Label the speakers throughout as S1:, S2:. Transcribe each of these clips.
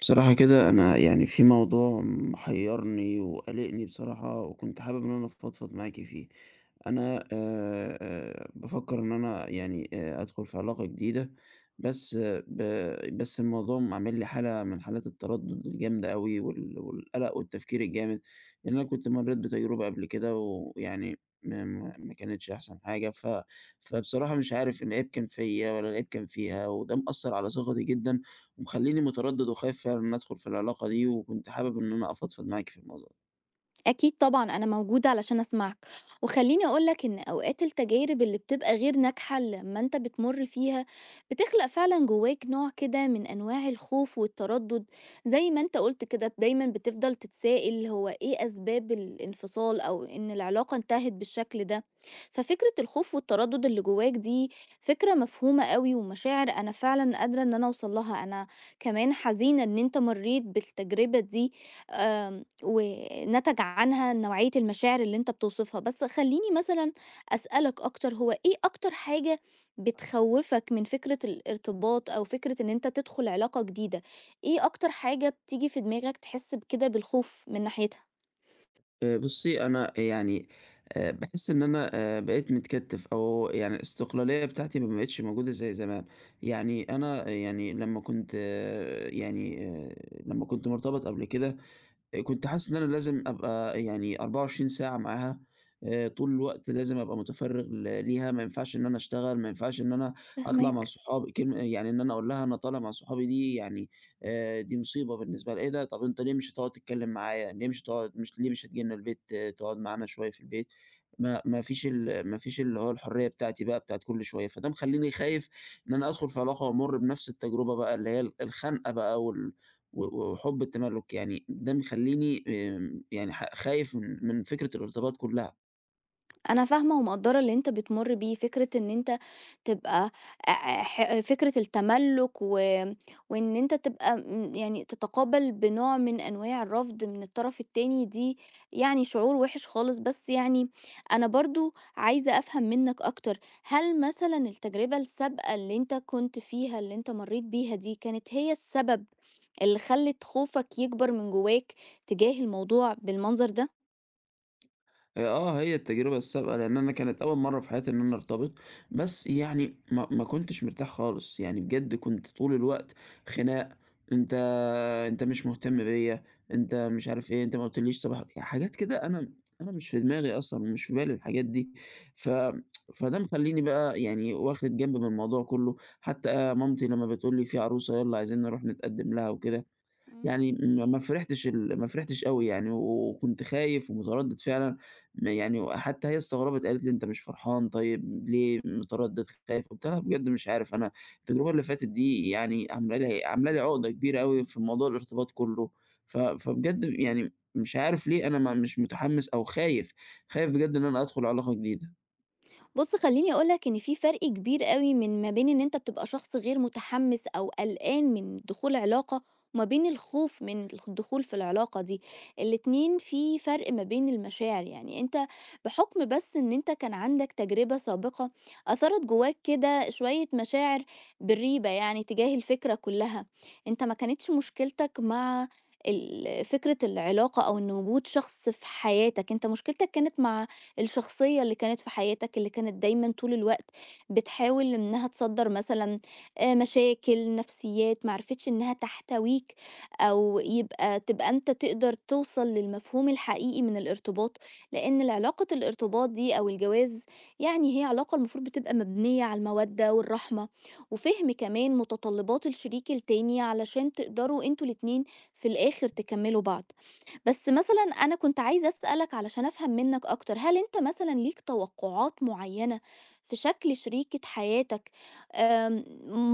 S1: بصراحة كده أنا يعني في موضوع محيرني وقلقني بصراحة، وكنت حابب إن أنا أفضفض معاكي فيه. أنا بافكّر إن أنا يعني أدخل في علاقة جديدة، بس آه، ب بس الموضوع عامل لي حالة من حالات التردُّد الجامدة أوي، والقلق والتفكير الجامد، لإن أنا كنت مرّيت بتجربة قبل كده، ويعني ما كانتش أحسن حاجة. فبصراحة مش عارف العيب كان فيّا والّا العيب كان فيها، وده مأثّر على ثقتي جدًا، ومخلّيني متردِّد وخايف فعلًا إن أدخل في العلاقة دي، وكنت حابب إن أنا أفضفض معاكِ في الموضوع.
S2: أكيد طبعًا، أنا موجودة علشان أسمعك، وخلّيني أقول لك إن أوقات التجارب اللي بتبقى غير ناجحة لمّا أنت بتمُر فيها، بتخلق فعلًا جواك نوع كده من أنواع الخوف والتردُّد. زي ما أنت قُلت كده دايمًا بتفضل تتسائل هو إيه أسباب الانفصال أو إن العلاقة انتهت بالشكل ده. ففكرة الخوف والتردُّد اللي جواك دي فكرة مفهومة أوي، ومشاعر أنا فعلًا قادرة إن أنا أوصل لها. أنا كمان حزينة إن أنت مرّيت بالتجربة دي، ونتج عنها نوعية المشاعر اللي أنت بتوصفها. بس خلّيني مثلًا أسألك أكتر، هو إيه أكتر حاجة بتخوّفك من فكرة الارتباط أو فكرة إن أنت تدخل علاقة جديدة؟ إيه أكتر حاجة بتيجي في دماغك تحس بكده بالخوف من ناحيتها؟
S1: بُصّي، أنا يعني باحس إن أنا بقيت متكتِّف، أو يعني الاستقلالية بتاعتي ما بقِتش موجودة زي زمان. يعني أنا، يعني لمّا كنت مرتبط قبل كده. كنت حاسس إن أنا لازم أبقى يعني 24 ساعة معاها، طول الوقت لازم أبقى متفرِّغ ليها، ما ينفعش إن أنا أشتغل، ما ينفعش إن أنا أطلع مع
S2: فاهماك.
S1: صحابي. كلمة يعني إن أنا أقول لها أنا طالع مع صحابي دي، يعني دي مصيبة بالنسبة لها. إيه ده! طَب أنت ليه مش هتقعد تتكلّم معايا، ليه مش هتيجي لنا البيت، تقعد معانا شوية في البيت؟ ما فيش اللي هو الحرية بتاعتي بقى بتاعة كل شوية، فده مخلّيني خايف إن أنا أدخُل في علاقة وأمُر بنفس التجربة بقى، اللي هي الخنقة بقى، وال و وحُب التملُّك. يعني ده مخلّيني، يعني خايف من فكرة الارتباط كُلّها.
S2: أنا فاهمة ومقدّرة اللي أنت بتمُر بيه، فكرة إن أنت تبقى ح فكرة التملُّك، وإن أنت تبقى يعني تتقابل بنوع من أنواع الرفض من الطرف التاني دي، يعني شعور وِحِش خالص. بس يعني أنا برضه عايزة أفهم منّك أكتر. هل مثلًا التجربة السابقة اللي أنت كنت فيها، اللي أنت مرّيت بيها دي، كانت هي السبب اللي خلِّت خوفك يكبر من جوّاك تجاه الموضوع بالمنظر ده؟
S1: هي التجربة السابقة، لإن أنا كانت أول مرّة في حياتي إن أنا أرتبط، بس يعني ما كنتش مرتاح خالص. يعني بجد كنت طول الوقت خناق. أنت أنت مش مهتم بيّا، أنت مش عارف إيه، أنت ما قُلتليش صباح حاجات كده. أنا مش في دماغي أصلًا ومش في بالي الحاجات دي. ف فده مخلّيني بقى يعني واخد جنب من الموضوع كلّه. حتى مامتي لمّا بتقول لي في عروسة، يالّا عايزين نروح نتقدّم لها وكده،
S2: إمم.
S1: يعني ما فرحتش أوي يعني، و- وكنت خايف ومتردد فعلًا. ما يعني حتى هي استغربت قالت لي: "أنت مش فرحان، طيب ليه متردد خايف؟" قُلت لها: "بجد مش عارف، أنا التجربة اللي فاتت دي يعني عاملة لي عقدة كبيرة أوي في موضوع الارتباط كلّه، فبجد يعني مش عارف ليه أنا ما مش متحمس أو خايف، خايف بجد إن أنا أدخل علاقة جديدة."
S2: بُص خلّيني أقول لك إن في فرق كبير أوي من ما بين إن أنت بتبقى شخص غير متحمّس أو قلقان من دخول علاقة، وما بين الخوف من الدخول في العلاقة دي. الاتنين في فرق ما بين المشاعر، يعني أنت بحُكم بس إن أنت كان عندك تجربة سابقة أثَرت جواك كده شوية مشاعر بالريبة يعني تجاه الفكرة كلّها. أنت ما كانتش مشكلتك مع فكرة العلاقة أو إن وجود شخص في حياتك. أنت مشكلتك كانت مع الشخصية اللي كانت في حياتك، اللي كانت دايمًا طول الوقت بتحاول إنها تصدّر مثلًا مشاكل، نفسيّات، ما عرفتش إنها تحتويك، أو تبقى أنت تقدر توصل للمفهوم الحقيقي من الارتباط. لإن العلاقة الارتباط دي أو الجواز يعني هي علاقة المفروض بتبقى مبنية على المودة والرحمة، وفهم كمان متطلبات الشريك التاني علشان تقدروا أنتم الاتنين في الآخر تكمّلوا بعض. بس مثلًا أنا كنت عايزة أسألك علشان أفهم منّك أكتر، هل أنت مثلًا ليك توقعات معيّنة في شكل شريكة حياتك، آمم،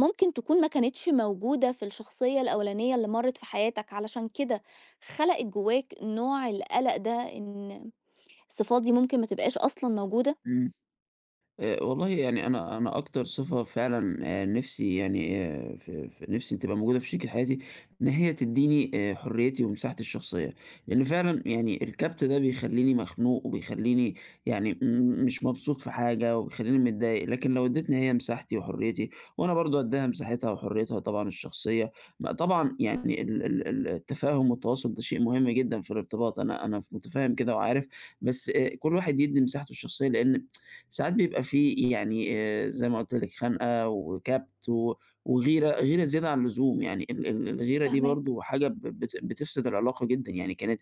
S2: ممكن تكون ما كانتش موجودة في الشخصية الأولانية اللي مرّت في حياتك، علشان كده خلقت جواك نوع القلق ده إن الصفات دي ممكن ما تبقاش أصلًا موجودة؟
S1: إمم. والله يعني أنا أكتر صفة فعلًا، نِفْسي يعني ف ف نِفْسي تبقى موجودة في شريكة حياتي، إن هي تدّيني حريتي ومساحتي الشخصية، لإن فعلًا يعني الكَبْت ده بيخلّيني مخنوق، وبيخلّيني يعني مش مبسوط في حاجة، وبيخلّيني متضايق. لكن لو ادّيتني هي مساحتي وحريتي، وأنا برضه أدّيها مساحتها وحريتها طبعًا الشخصية، ما طبعًا يعني ال ال ال التفاهم والتواصل ده شيء مهم جدًا في الارتباط. أنا مُتفهِّم كده وعارف، بس كل واحد يدّي مساحته الشخصية، لإن ساعات بيبقى في يعني زي ما قُلت لِك خنقة وكَبْت و وغيرة، غيرة زيادة عن اللزوم. يعني ال ال الغيرة دي
S2: فاهماك،
S1: برضه حاجة ب بت بتفسد العلاقة جدًا. يعني كانت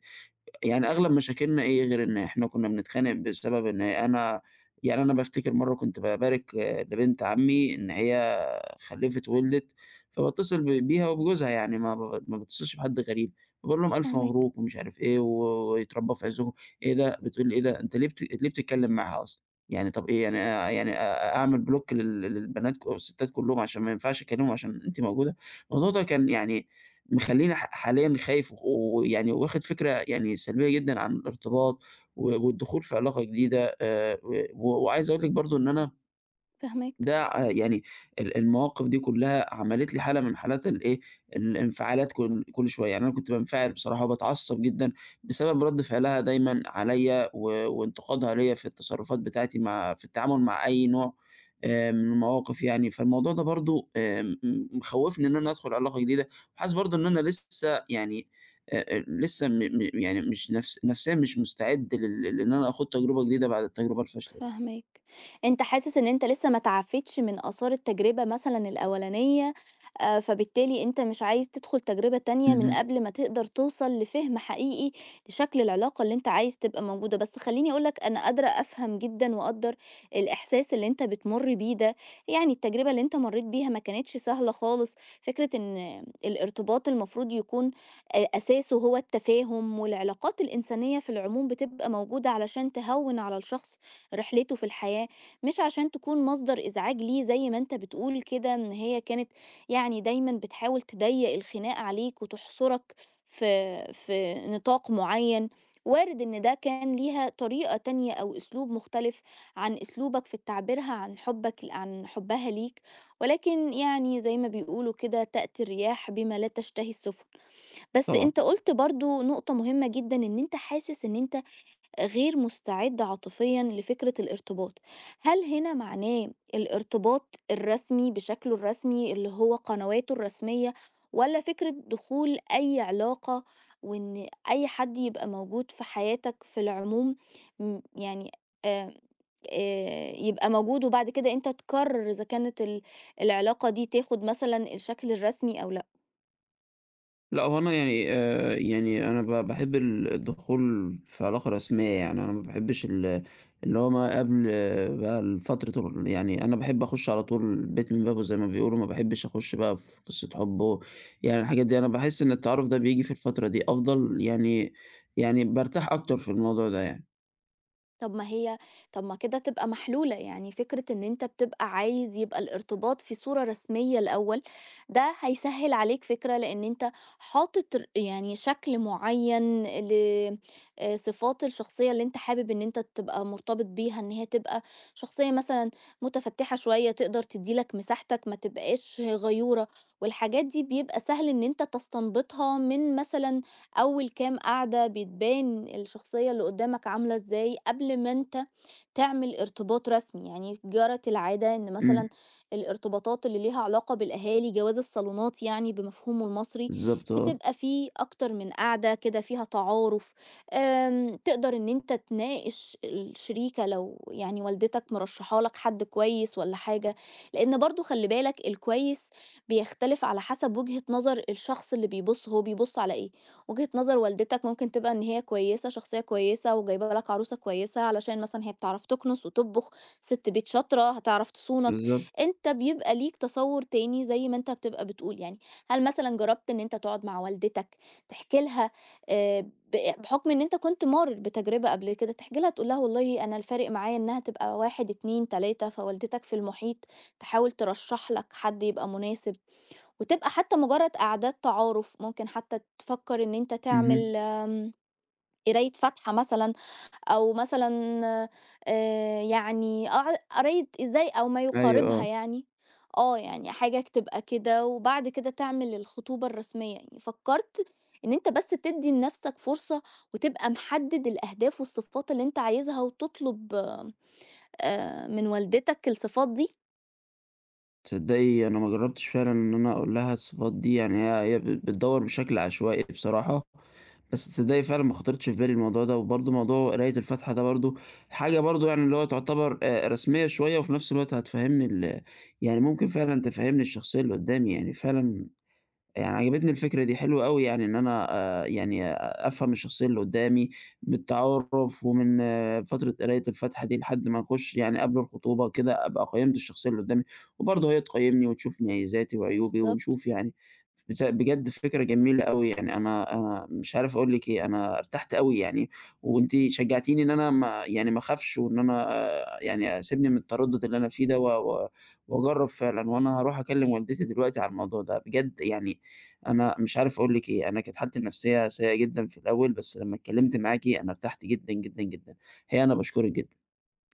S1: يعني أغلب مشاكلنا إيه غير إن إحنا كُنّا بنتخانق بسبب إن أنا بافتكر مرّة كنت بابارك لبنت عمي إن هي خلّفت وولدت، فباتصل بيها وبجوزها، يعني ما باتصلش بحد غريب، باقول لهم ألف
S2: فاهماك،
S1: مبروك ومش عارف إيه، و ويتربّى في عزكم. إيه ده؟ بتقول لي: إيه ده، أنت ليه بتتكلم معاها أصلًا؟ يعني طَب إيه، يعني أعمل بلوك للبنات، الستات كلّهم، عشان ما ينفعش أكلمهم عشان أنتِ موجودة؟ الموضوع ده كان يعني مخلّيني حاليًا خايف، و- ويعني واخد فكرة يعني سلبية جدًا عن الارتباط و والدخول في علاقة جديدة، و و- وعايز أقول لِك برضه إن أنا،
S2: فاهماك.
S1: ده يعني المواقف دي كلّها عملت لي حالة من حالات الإيه، الانفعالات كل شوية. يعني أنا كنت بانفعل بصراحة وباتعصب جدًا بسبب رَد فعلها دايمًا عليَّ، و وانتقادها ليَّ في التصرفات بتاعتي في التعامل مع أي نوع من المواقف يعني. فالموضوع ده برضه مخوّفني إن أنا أدخل علاقة جديدة، وحاسس برضه إن أنا لسه م م يعني مش نفسيًا مش مستعد لإن أنا آخوض تجربة جديدة بعد التجربة الفاشلة دي.
S2: فاهماك. أنت حاسس إن أنت لسه ما اتعافيتش من آثار التجربة مثلًا الأولانية، فبالتالي أنت مش عايز تدخل تجربة تانية من
S1: اهم.
S2: قبل ما تقدر توصل لفهم حقيقي لشكل العلاقة اللي أنت عايز تبقى موجودة. بس خلّيني أقول لك أنا قادرة أفهم جدًا وأقدّر الإحساس اللي أنت بتمُر بيه ده. يعني التجربة اللي أنت مرّيت بيها ما كانتش سهلة خالص. فكرة إن الارتباط المفروض يكون أساسه هو التفاهم، والعلاقات الإنسانية في العموم بتبقى موجودة علشان تهوّن على الشخص رحلته في الحياة، مش عشان تكون مصدر إزعاج ليه زي ما أنت بتقول كده إن هي كانت يعني دايمًا بتحاول تضيّق الخناق عليك وتحصرك في نطاق معيّن. وارد إن ده كان ليها طريقة تانية أو أسلوب مختلف عن أسلوبك في تعبيرها عن حُبّك، عن حُبّها ليك، ولكن يعني زي ما بيقولوا كده تأتي الرياح بما لا تشتهي السفن. بس
S1: طبعًا.
S2: أنت قُلت برضه نقطة مهمة جدًا، إن أنت حاسس إن أنت غير مستعد عاطفيًا لفكرة الارتباط. هل هنا معناه الارتباط الرسمي بشكله الرسمي اللي هو قنواته الرسمية، والّا فكرة دخول أي علاقة وإن أي حد يبقى موجود في حياتك في العموم، يعني آآ يبقى موجود، وبعد كده أنت تقرر إذا كانت العلاقة دي تاخد مثلًا الشكل الرسمي أو لأ؟
S1: لأ، هو أنا يعني أنا باحب الدخول في علاقة رسمية يعني. أنا ما باحبش اللي هو ما قبل، بقى الفترة ال يعني أنا باحب أخش على طول البيت من بابه زي ما بيقولوا، ما باحبش أخش بقى في قصة حب، و يعني الحاجات دي. أنا باحس إن التعارف ده بييجي في الفترة دي أفضل يعني بارتاح أكتر في الموضوع ده يعني.
S2: طب ما هي طب ما كده تبقى محلولة، يعني فكرة إن أنت بتبقى عايز يبقى الارتباط في صورة رسمية الأول، ده هيسهل عليك فكرة، لأن أنت حاطط يعني شكل معين لصفات الشخصية اللي أنت حابب إن أنت تبقى مرتبط بيها، إن هي تبقى شخصية مثلا متفتحة شوية، تقدر تديلك مساحتك، ما تبقاش غيورة. والحاجات دي بيبقى سهل إن أنت تستنبطها من مثلا أول كام قعدة، بتبان الشخصية اللي قدامك عاملة إزاي قبل ما أنت تعمل ارتباط رسمي. يعني جرت العادة إن
S1: إمم.
S2: مثلا الارتباطات اللي ليها علاقة بالأهالي، جواز الصالونات يعني بمفهومه المصري،
S1: بالضبط آه.
S2: بتبقى فيه أكتر من قعدة كده فيها تعارف، تقدر إن أنت تناقش الشريكة، لو يعني والدتك مرشحة لك حد كويس ولا حاجة، لأن برضو خلي بالك الكويس بيختلف على حسب وجهة نظر الشخص اللي بيبص، هو بيبص على إيه. وجهة نظر والدتك ممكن تبقى إن هي كويسة، شخصية كويسة وجايبة لك عروسة كويسة، علشان مثلًا هي بتعرف تكنس وتطبخ، سِت بيت شاطرة هتعرف تصونك.
S1: بالضبط.
S2: أنت بيبقى ليك تصوُّر تاني زي ما أنت بتبقى بتقول يعني. هل مثلًا جرّبت إن أنت تقعد مع والدتك تحكي لها، آآ ب بحُكم إن أنت كنت مَارّ بتجربة قبل كده، تحكي لها تقول لها والله أنا الفارق معايا إنها تبقى 1، 2، 3، فوالدتك في المحيط تحاول ترشّح لك حد يبقى مناسب؟ وتبقى حتى مجرد قعدات تعارف، ممكن حتى تفكّر إن أنت
S1: اهم.
S2: تعمل قراية فاتحة مثلًا، أو مثلًا يعني قراية إزاي أو ما
S1: أيوه
S2: يقاربها
S1: آه.
S2: يعني، يعني حاجة تبقى كده، وبعد كده تعمل الخطوبة الرسمية. يعني فكّرت إن أنت بس تدّي لنَفْسك فرصة، وتبقى محدد الأهداف والصفات اللي أنت عايزها وتطلب من والدتك الصفات دي؟
S1: تصدقي أنا ما جربتش فعلًا إن أنا أقول لها الصفات دي، يعني هي بتدوّر بشكل عشوائي بصراحة. بس تصدقي فعلًا ما خطرتش في بالي الموضوع ده، وبرضه موضوع قراية الفاتحة ده برضه حاجة برضه يعني اللي هو تعتبر رسمية شوية، وفي نفس الوقت هتفهّمني يعني ممكن فعلًا تفهّمني الشخصية اللي قدّامي. يعني فعلًا، يعني عجبتني الفكرة دي، حلوة أوي يعني إن أنا يعني أ أفهم الشخصية اللي قدّامي بالتعارُف، ومن فترة قراية الفاتحة دي لحد ما نخُش، يعني قبل الخطوبة كده أبقى قيّمت الشخصية اللي قدّامي، وبرضه هي تقيّمني وتشوف مميزاتي وعيوبي
S2: بالضبط.
S1: ونشوف يعني. بس بجد فكرة جميلة أوي، يعني أنا مش عارف أقول لِك إيه، أنا ارتحت أوي يعني. وأنتِ شجّعتيني إن أنا ما أخافش، وإن أنا، يعني سيبني من التردُّد اللي أنا فيه ده، و و وأجرّب فعلًا. وأنا هاروح أكلّم والدتي دلوقتي على الموضوع ده، بجد يعني أنا مش عارف أقول لِك إيه. أنا كانت حالتي النفسية سيئة جدًا في الأول، بس لمّا اتكلمت معاكِ أنا ارتحت جدًا، جدًا، جدًا. الحقيقة أنا باشكرِك جدًا.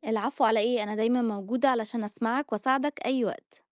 S2: العفو على إيه؟ أنا دايما موجودة علشان أسمعك وأساعدك أي وقت.